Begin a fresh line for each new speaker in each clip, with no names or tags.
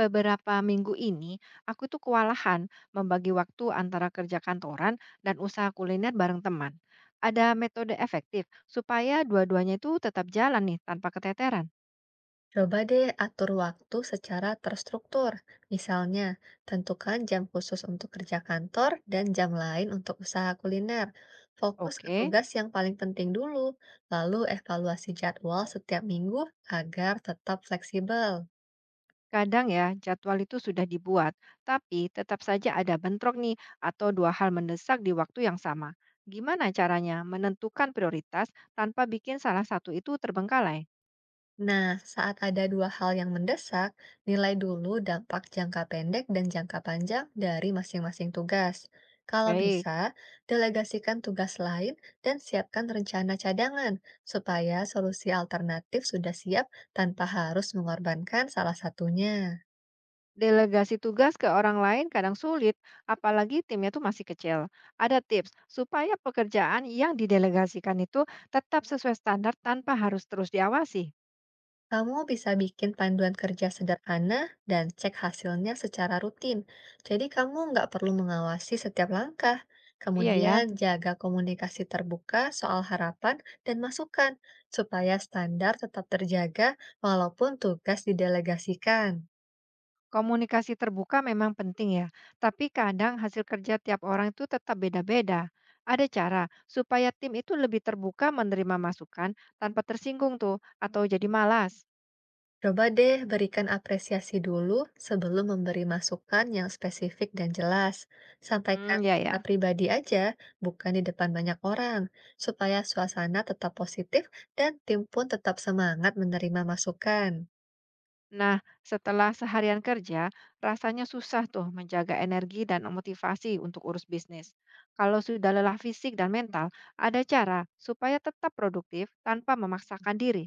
Beberapa minggu ini, aku tuh kewalahan membagi waktu antara kerja kantoran dan usaha kuliner bareng teman. Ada metode efektif supaya dua-duanya itu tetap jalan nih tanpa keteteran.
Coba deh atur waktu secara terstruktur. Misalnya, tentukan jam khusus untuk kerja kantor dan jam lain untuk usaha kuliner. Fokus ke
Oke,
tugas yang paling penting dulu, lalu evaluasi jadwal setiap minggu agar tetap fleksibel.
kadang ya jadwal itu sudah dibuat, tapi tetap saja ada bentrok nih atau dua hal mendesak di waktu yang sama. Gimana caranya menentukan prioritas tanpa bikin salah satu itu terbengkalai?
Nah, saat ada dua hal yang mendesak, nilai dulu dampak jangka pendek dan jangka panjang dari masing-masing tugas. Kalau
Baik.
bisa, delegasikan tugas lain dan siapkan rencana cadangan supaya solusi alternatif sudah siap tanpa harus mengorbankan salah satunya.
Delegasi tugas ke orang lain kadang sulit, apalagi timnya tuh masih kecil. Ada tips supaya pekerjaan yang didelegasikan itu tetap sesuai standar tanpa harus terus diawasi.
Kamu bisa bikin panduan kerja sederhana dan cek hasilnya secara rutin. Jadi kamu nggak perlu mengawasi setiap langkah.
Iya
Kemudian
ya,
jaga komunikasi terbuka soal harapan dan masukan supaya standar tetap terjaga walaupun tugas didelegasikan.
komunikasi terbuka memang penting ya, tapi kadang hasil kerja tiap orang itu tetap beda-beda. Ada cara supaya tim itu lebih terbuka menerima masukan tanpa tersinggung tuh atau jadi malas.
Coba deh berikan apresiasi dulu sebelum memberi masukan yang spesifik dan jelas. Sampaikan
Hmm, ya
secara
ya.
pribadi aja, bukan di depan banyak orang, supaya suasana tetap positif dan tim pun tetap semangat menerima masukan.
Nah, setelah seharian kerja, rasanya susah tuh menjaga energi dan motivasi untuk urus bisnis. Kalau sudah lelah fisik dan mental, ada cara supaya tetap produktif tanpa memaksakan diri.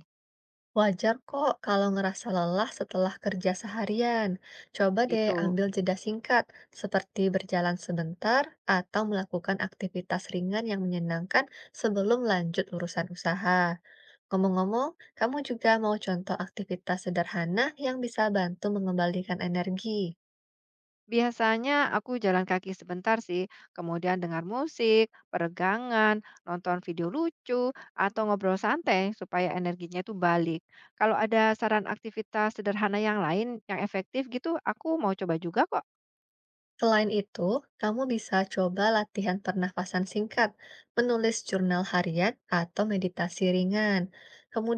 Wajar kok kalau ngerasa lelah setelah kerja seharian. Coba deh
Gitu.
ambil jeda singkat, seperti berjalan sebentar atau melakukan aktivitas ringan yang menyenangkan sebelum lanjut urusan usaha. Ngomong-ngomong, kamu juga mau contoh aktivitas sederhana yang bisa bantu mengembalikan energi.
Biasanya aku jalan kaki sebentar sih, kemudian dengar musik, peregangan, nonton video lucu, atau ngobrol santai supaya energinya tuh balik. Kalau ada saran aktivitas sederhana yang lain yang efektif gitu, aku mau coba juga kok.
Selain itu, kamu bisa coba latihan pernafasan singkat, menulis jurnal harian, atau meditasi ringan.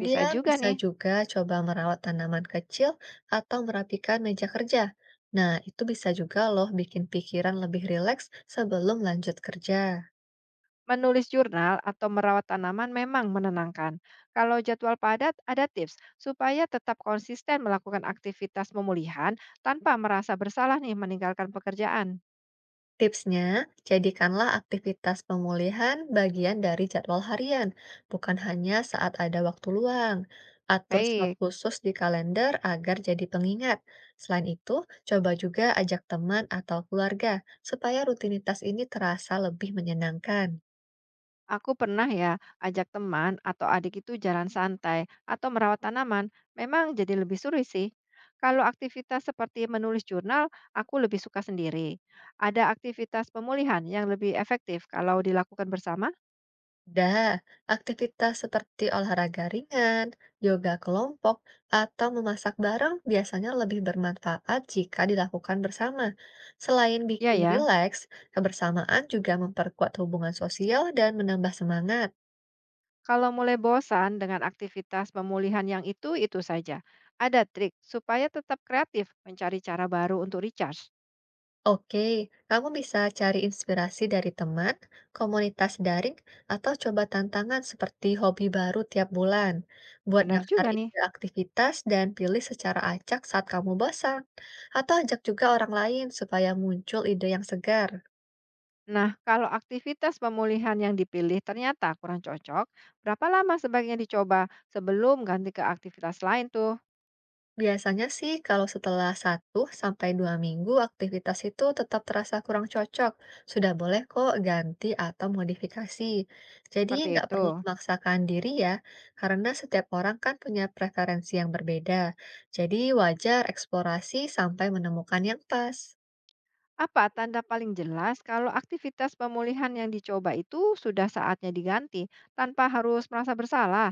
Bisa juga
bisa
nih.
juga coba merawat tanaman kecil atau merapikan meja kerja. Nah, itu bisa juga loh bikin pikiran lebih rileks sebelum lanjut kerja.
Menulis jurnal atau merawat tanaman memang menenangkan. Kalau jadwal padat, ada tips supaya tetap konsisten melakukan aktivitas pemulihan tanpa merasa bersalah nih meninggalkan pekerjaan.
Tipsnya, jadikanlah aktivitas pemulihan bagian dari jadwal harian, bukan hanya saat ada waktu luang. Atur slot
Baik,
khusus di kalender agar jadi pengingat. Selain itu, coba juga ajak teman atau keluarga supaya rutinitas ini terasa lebih menyenangkan.
aku pernah ya ajak teman atau adik itu jalan santai atau merawat tanaman, memang jadi lebih sulit sih. Kalau aktivitas seperti menulis jurnal, aku lebih suka sendiri. Ada aktivitas pemulihan yang lebih efektif kalau dilakukan bersama?
Dah, aktivitas seperti olahraga ringan, yoga kelompok, atau memasak bareng biasanya lebih bermanfaat jika dilakukan bersama. Selain
Ya
bikin
ya.
rileks, kebersamaan juga memperkuat hubungan sosial dan menambah semangat.
Kalau mulai bosan dengan aktivitas pemulihan yang itu-itu saja, ada trik supaya tetap kreatif mencari cara baru untuk recharge.
Oke, kamu bisa cari inspirasi dari teman, komunitas daring, atau coba tantangan seperti hobi baru tiap bulan. Buat
Benar
daftar
juga nih.
ide aktivitas dan pilih secara acak saat kamu bosan. Atau ajak juga orang lain supaya muncul ide yang segar.
Nah, kalau aktivitas pemulihan yang dipilih ternyata kurang cocok, berapa lama sebaiknya dicoba sebelum ganti ke aktivitas lain tuh?
Biasanya sih kalau setelah satu sampai 2 minggu aktivitas itu tetap terasa kurang cocok, sudah boleh kok ganti atau modifikasi. Jadi
Seperti
nggak
itu.
perlu memaksakan diri ya, karena setiap orang kan punya preferensi yang berbeda. Jadi wajar eksplorasi sampai menemukan yang pas.
Apa tanda paling jelas kalau aktivitas pemulihan yang dicoba itu sudah saatnya diganti tanpa harus merasa bersalah?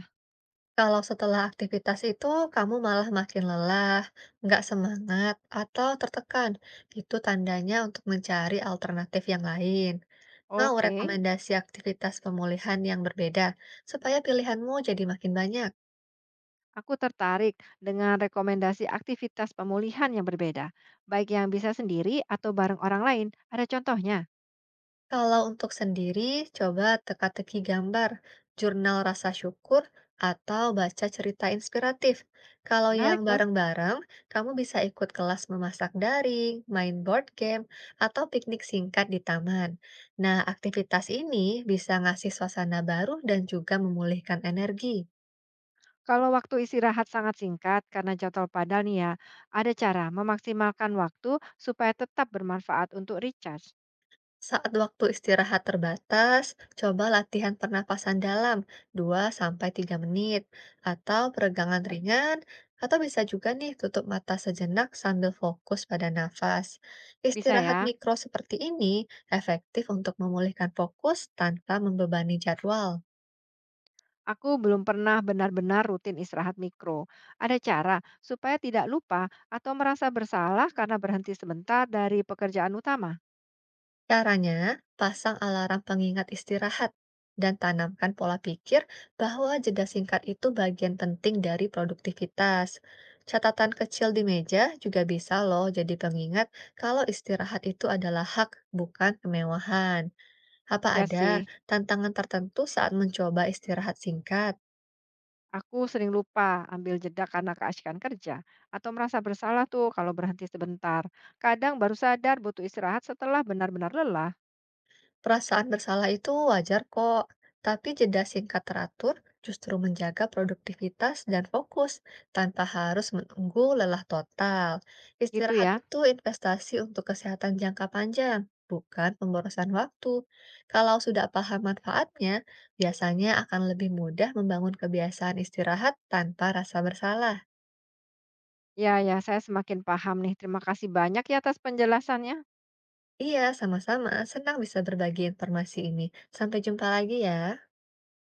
Kalau setelah aktivitas itu kamu malah makin lelah, nggak semangat, atau tertekan, itu tandanya untuk mencari alternatif yang lain. Mau
Oke.
rekomendasi aktivitas pemulihan yang berbeda supaya pilihanmu jadi makin banyak.
Aku tertarik dengan rekomendasi aktivitas pemulihan yang berbeda, baik yang bisa sendiri atau bareng orang lain. Ada contohnya?
Kalau untuk sendiri, coba teka-teki gambar, jurnal rasa syukur, atau baca cerita inspiratif. Kalau yang
Menarik tuh.
bareng-bareng, kamu bisa ikut kelas memasak daring, main board game, atau piknik singkat di taman. Nah, aktivitas ini bisa ngasih suasana baru dan juga memulihkan energi.
Kalau waktu istirahat sangat singkat karena jadwal padat nih ya, ada cara memaksimalkan waktu supaya tetap bermanfaat untuk recharge.
Saat waktu istirahat terbatas, coba latihan pernapasan dalam 2 sampai 3 menit, atau peregangan ringan, atau bisa juga nih tutup mata sejenak sambil fokus pada nafas.
Bisa
Istirahat
ya?
mikro seperti ini efektif untuk memulihkan fokus tanpa membebani jadwal.
Aku belum pernah benar-benar rutin istirahat mikro. Ada cara supaya tidak lupa atau merasa bersalah karena berhenti sebentar dari pekerjaan utama.
Caranya, pasang alarm pengingat istirahat dan tanamkan pola pikir bahwa jeda singkat itu bagian penting dari produktivitas. Catatan kecil di meja juga bisa loh jadi pengingat kalau istirahat itu adalah hak, bukan kemewahan. Apa
Ya
ada
sih.
tantangan tertentu saat mencoba istirahat singkat?
Aku sering lupa ambil jeda karena keasikan kerja atau merasa bersalah tuh kalau berhenti sebentar. Kadang baru sadar butuh istirahat setelah benar-benar lelah,
Perasaan bersalah itu wajar kok, tapi jeda singkat teratur justru menjaga produktivitas dan fokus tanpa harus menunggu lelah total.
gitu
Istirahat
ya.
itu investasi untuk kesehatan jangka panjang, bukan pemborosan waktu. Kalau sudah paham manfaatnya, biasanya akan lebih mudah membangun kebiasaan istirahat tanpa rasa bersalah.
Ya, ya, saya semakin paham nih. Terima kasih banyak ya atas penjelasannya.
Iya, sama-sama. Senang bisa berbagi informasi ini. Sampai jumpa lagi ya.